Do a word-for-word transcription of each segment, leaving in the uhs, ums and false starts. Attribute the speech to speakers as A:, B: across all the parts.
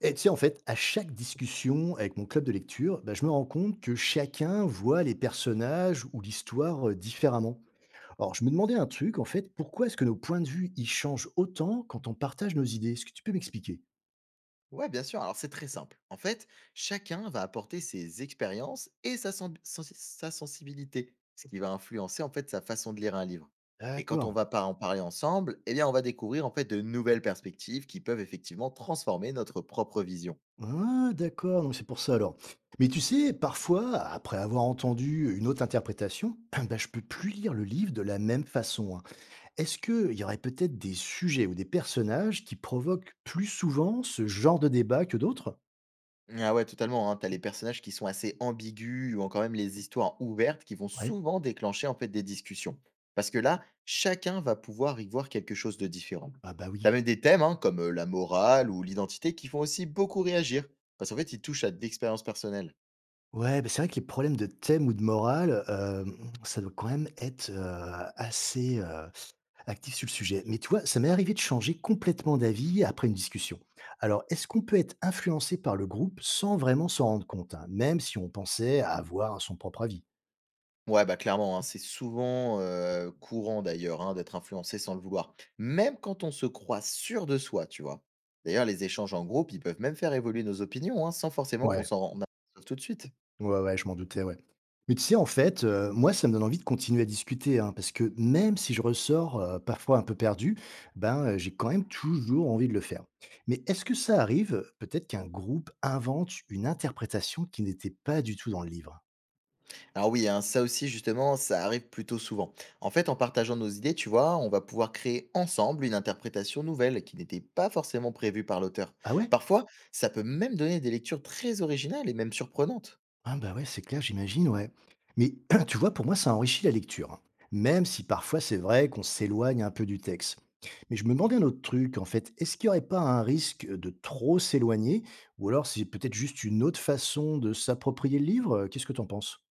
A: Et tu sais, en fait, à chaque discussion avec mon club de lecture, bah, je me rends compte que chacun voit les personnages ou l'histoire euh, différemment. Alors, je me demandais un truc, en fait, pourquoi est-ce que nos points de vue, ils changent autant quand on partage nos idées? Est-ce que tu peux m'expliquer?
B: Ouais, bien sûr. Alors, c'est très simple. En fait, chacun va apporter ses expériences et sa, sen- sensi- sa sensibilité, ce qui va influencer en fait sa façon de lire un livre. Et quand on
A: D'accord.
B: va pas en parler ensemble, eh bien, on va découvrir en fait de nouvelles perspectives qui peuvent effectivement transformer notre propre vision.
A: Ah, d'accord, donc c'est pour ça alors. Mais tu sais, parfois, après avoir entendu une autre interprétation, bah, je peux plus lire le livre de la même façon, hein. Est-ce qu'il y aurait peut-être des sujets ou des personnages qui provoquent plus souvent ce genre de débat que d'autres?
B: Ah ouais, totalement, hein. T'as les personnages qui sont assez ambigus ou encore même les histoires ouvertes qui vont
A: Ouais.
B: souvent déclencher en fait des discussions. Parce que là, chacun va pouvoir y voir quelque chose de différent.
A: Ah bah
B: T'as
A: oui.
B: même des thèmes hein, comme euh, la morale ou l'identité qui font aussi beaucoup réagir. Parce qu'en fait, ils touchent à de l'expérience personnelle.
A: Ouais, bah, c'est vrai que les problèmes de thème ou de morale, hem, ça doit quand même être, heu, assez, heu, actif sur le sujet. Mais tu vois, ça m'est arrivé de changer complètement d'avis après une discussion. Alors, est-ce qu'on peut être influencé par le groupe sans vraiment s'en rendre compte, hein, même si on pensait avoir son propre avis?
B: Ouais, bah clairement, hein, c'est souvent euh, courant d'ailleurs hein, d'être influencé sans le vouloir. Même quand on se croit sûr de soi, tu vois. D'ailleurs, les échanges en groupe, ils peuvent même faire évoluer nos opinions hein, sans forcément qu'on
A: Ouais.
B: s'en rende compte tout de suite.
A: Ouais, ouais, je m'en doutais, ouais. Mais tu sais, en fait, heu, moi, ça me donne envie de continuer à discuter, hein, parce que même si je ressors, heu, parfois un peu perdu, ben, heu, j'ai quand même toujours envie de le faire. Mais est-ce que ça arrive, peut-être, qu'un groupe invente une interprétation qui n'était pas du tout dans le livre?
B: Ah oui, hein, ça aussi justement, ça arrive plutôt souvent. En fait, en partageant nos idées, tu vois, on va pouvoir créer ensemble une interprétation nouvelle qui n'était pas forcément prévue par l'auteur.
A: Ah ouais?
B: Parfois, ça peut même donner des lectures très originales et même surprenantes.
A: Ah bah ouais, c'est clair, j'imagine, ouais. Mais tu vois, pour moi, ça enrichit la lecture, hein. Même si parfois c'est vrai qu'on s'éloigne un peu du texte. Mais je me demandais un autre truc, en fait, est-ce qu'il n'y aurait pas un risque de trop s'éloigner, ou alors c'est peut-être juste une autre façon de s'approprier le livre? Euh, Qu'est-ce que t'en penses?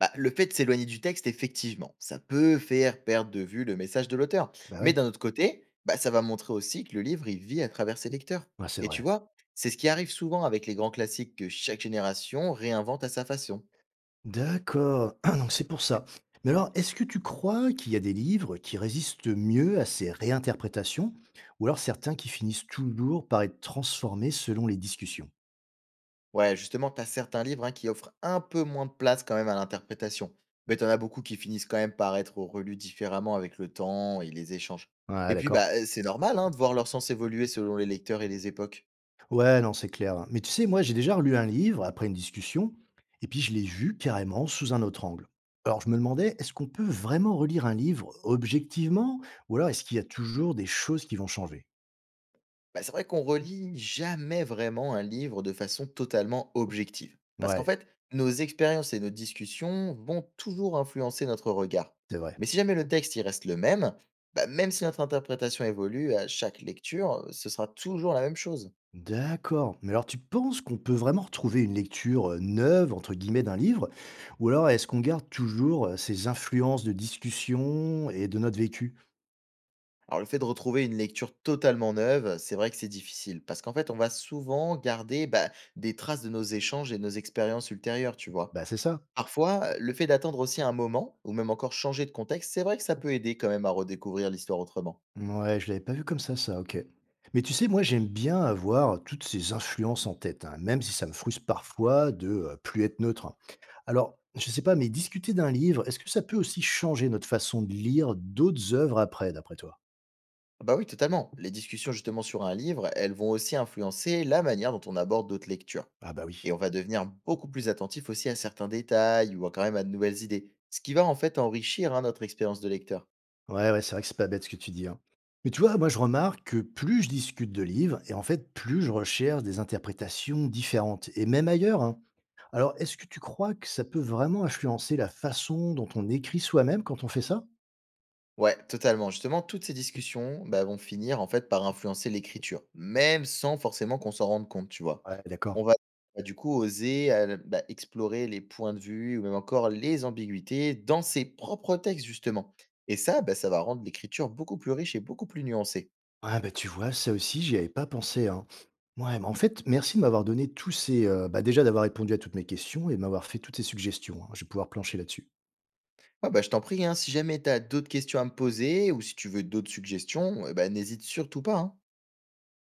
B: Bah, le fait de s'éloigner du texte, effectivement, ça peut faire perdre de vue le message de l'auteur.
A: Bah
B: Mais
A: ouais,
B: d'un autre côté, bah, ça va montrer aussi que le livre, il vit à travers ses lecteurs.
A: ouais, c'est
B: Et tu
A: vrai.
B: vois, c'est ce qui arrive souvent avec les grands classiques que chaque génération réinvente à sa façon.
A: D'accord, donc c'est pour ça. Mais alors, est-ce que tu crois qu'il y a des livres qui résistent mieux à ces réinterprétations, ou alors certains qui finissent toujours par être transformés selon les discussions?
B: Ouais, justement, tu as certains livres hein, qui offrent un peu moins de place quand même à l'interprétation. Mais tu en as beaucoup qui finissent quand même par être relus différemment avec le temps et les échanges.
A: Ah,
B: Et puis,
A: d'accord.
B: bah, euh, c'est normal hein, de voir leur sens évoluer selon les lecteurs et les époques.
A: Ouais, non, c'est clair, hein. Mais tu sais, moi, j'ai déjà relu un livre après une discussion, et puis je l'ai vu carrément sous un autre angle. Alors, je me demandais, est-ce qu'on peut vraiment relire un livre objectivement, ou alors est-ce qu'il y a toujours des choses qui vont changer?
B: Bah, c'est vrai qu'on relit jamais vraiment un livre de façon totalement objective. Parce qu'en
A: Ouais,
B: fait, nos expériences et nos discussions vont toujours influencer notre regard.
A: c'est vrai.
B: Mais si jamais le texte il reste le même, bah, même si notre interprétation évolue à chaque lecture, ce sera toujours la même chose.
A: D'accord. Mais alors, tu penses qu'on peut vraiment retrouver une lecture euh, neuve, entre guillemets, d'un livre, ou alors est-ce qu'on garde toujours euh, ces influences de discussion et de notre vécu?
B: Alors le fait de retrouver une lecture totalement neuve, c'est vrai que c'est difficile, parce qu'en fait, on va souvent garder bah, des traces de nos échanges et de nos expériences ultérieures, tu vois.
A: Bah, c'est ça.
B: Parfois, le fait d'attendre aussi un moment, ou même encore changer de contexte, c'est vrai que ça peut aider quand même à redécouvrir l'histoire autrement.
A: Ouais, je l'avais pas vu comme ça, ça, OK. Mais tu sais, moi, j'aime bien avoir toutes ces influences en tête, hein, même si ça me frustre parfois de, heu, plus être neutre, hein. Alors, je sais pas, mais discuter d'un livre, est-ce que ça peut aussi changer notre façon de lire d'autres œuvres après, d'après toi?
B: Ah bah oui, totalement. Les discussions justement sur un livre, elles vont aussi influencer la manière dont on aborde d'autres lectures.
A: Ah bah oui.
B: Et on va devenir beaucoup plus attentif aussi à certains détails ou à quand même à de nouvelles idées, ce qui va en fait enrichir hein, notre expérience de lecteur.
A: Ouais, ouais, c'est vrai que c'est pas bête ce que tu dis, hein. Mais tu vois, moi, je remarque que plus je discute de livres et en fait, plus je recherche des interprétations différentes et même ailleurs, hein. Alors, est-ce que tu crois que ça peut vraiment influencer la façon dont on écrit soi-même quand on fait ça?
B: Ouais, totalement. Justement, toutes ces discussions, bah, vont finir en fait par influencer l'écriture, même sans forcément qu'on s'en rende compte, tu vois.
A: Ouais, d'accord.
B: On va, bah, du coup oser, heu, bah, explorer les points de vue ou même encore les ambiguïtés dans ses propres textes justement et ça, bah, ça va rendre l'écriture beaucoup plus riche et beaucoup plus nuancée.
A: Ouais, bah, tu vois, ça aussi, j'y avais pas pensé, hein. Ouais, mais en fait, merci de m'avoir donné tous ces, heu, bah, déjà d'avoir répondu à toutes mes questions et de m'avoir fait toutes ces suggestions, hein. Je vais pouvoir plancher là-dessus.
B: Ouais, bah, je t'en prie, hein, si jamais tu as d'autres questions à me poser ou si tu veux d'autres suggestions, eh bah, n'hésite surtout pas, hein.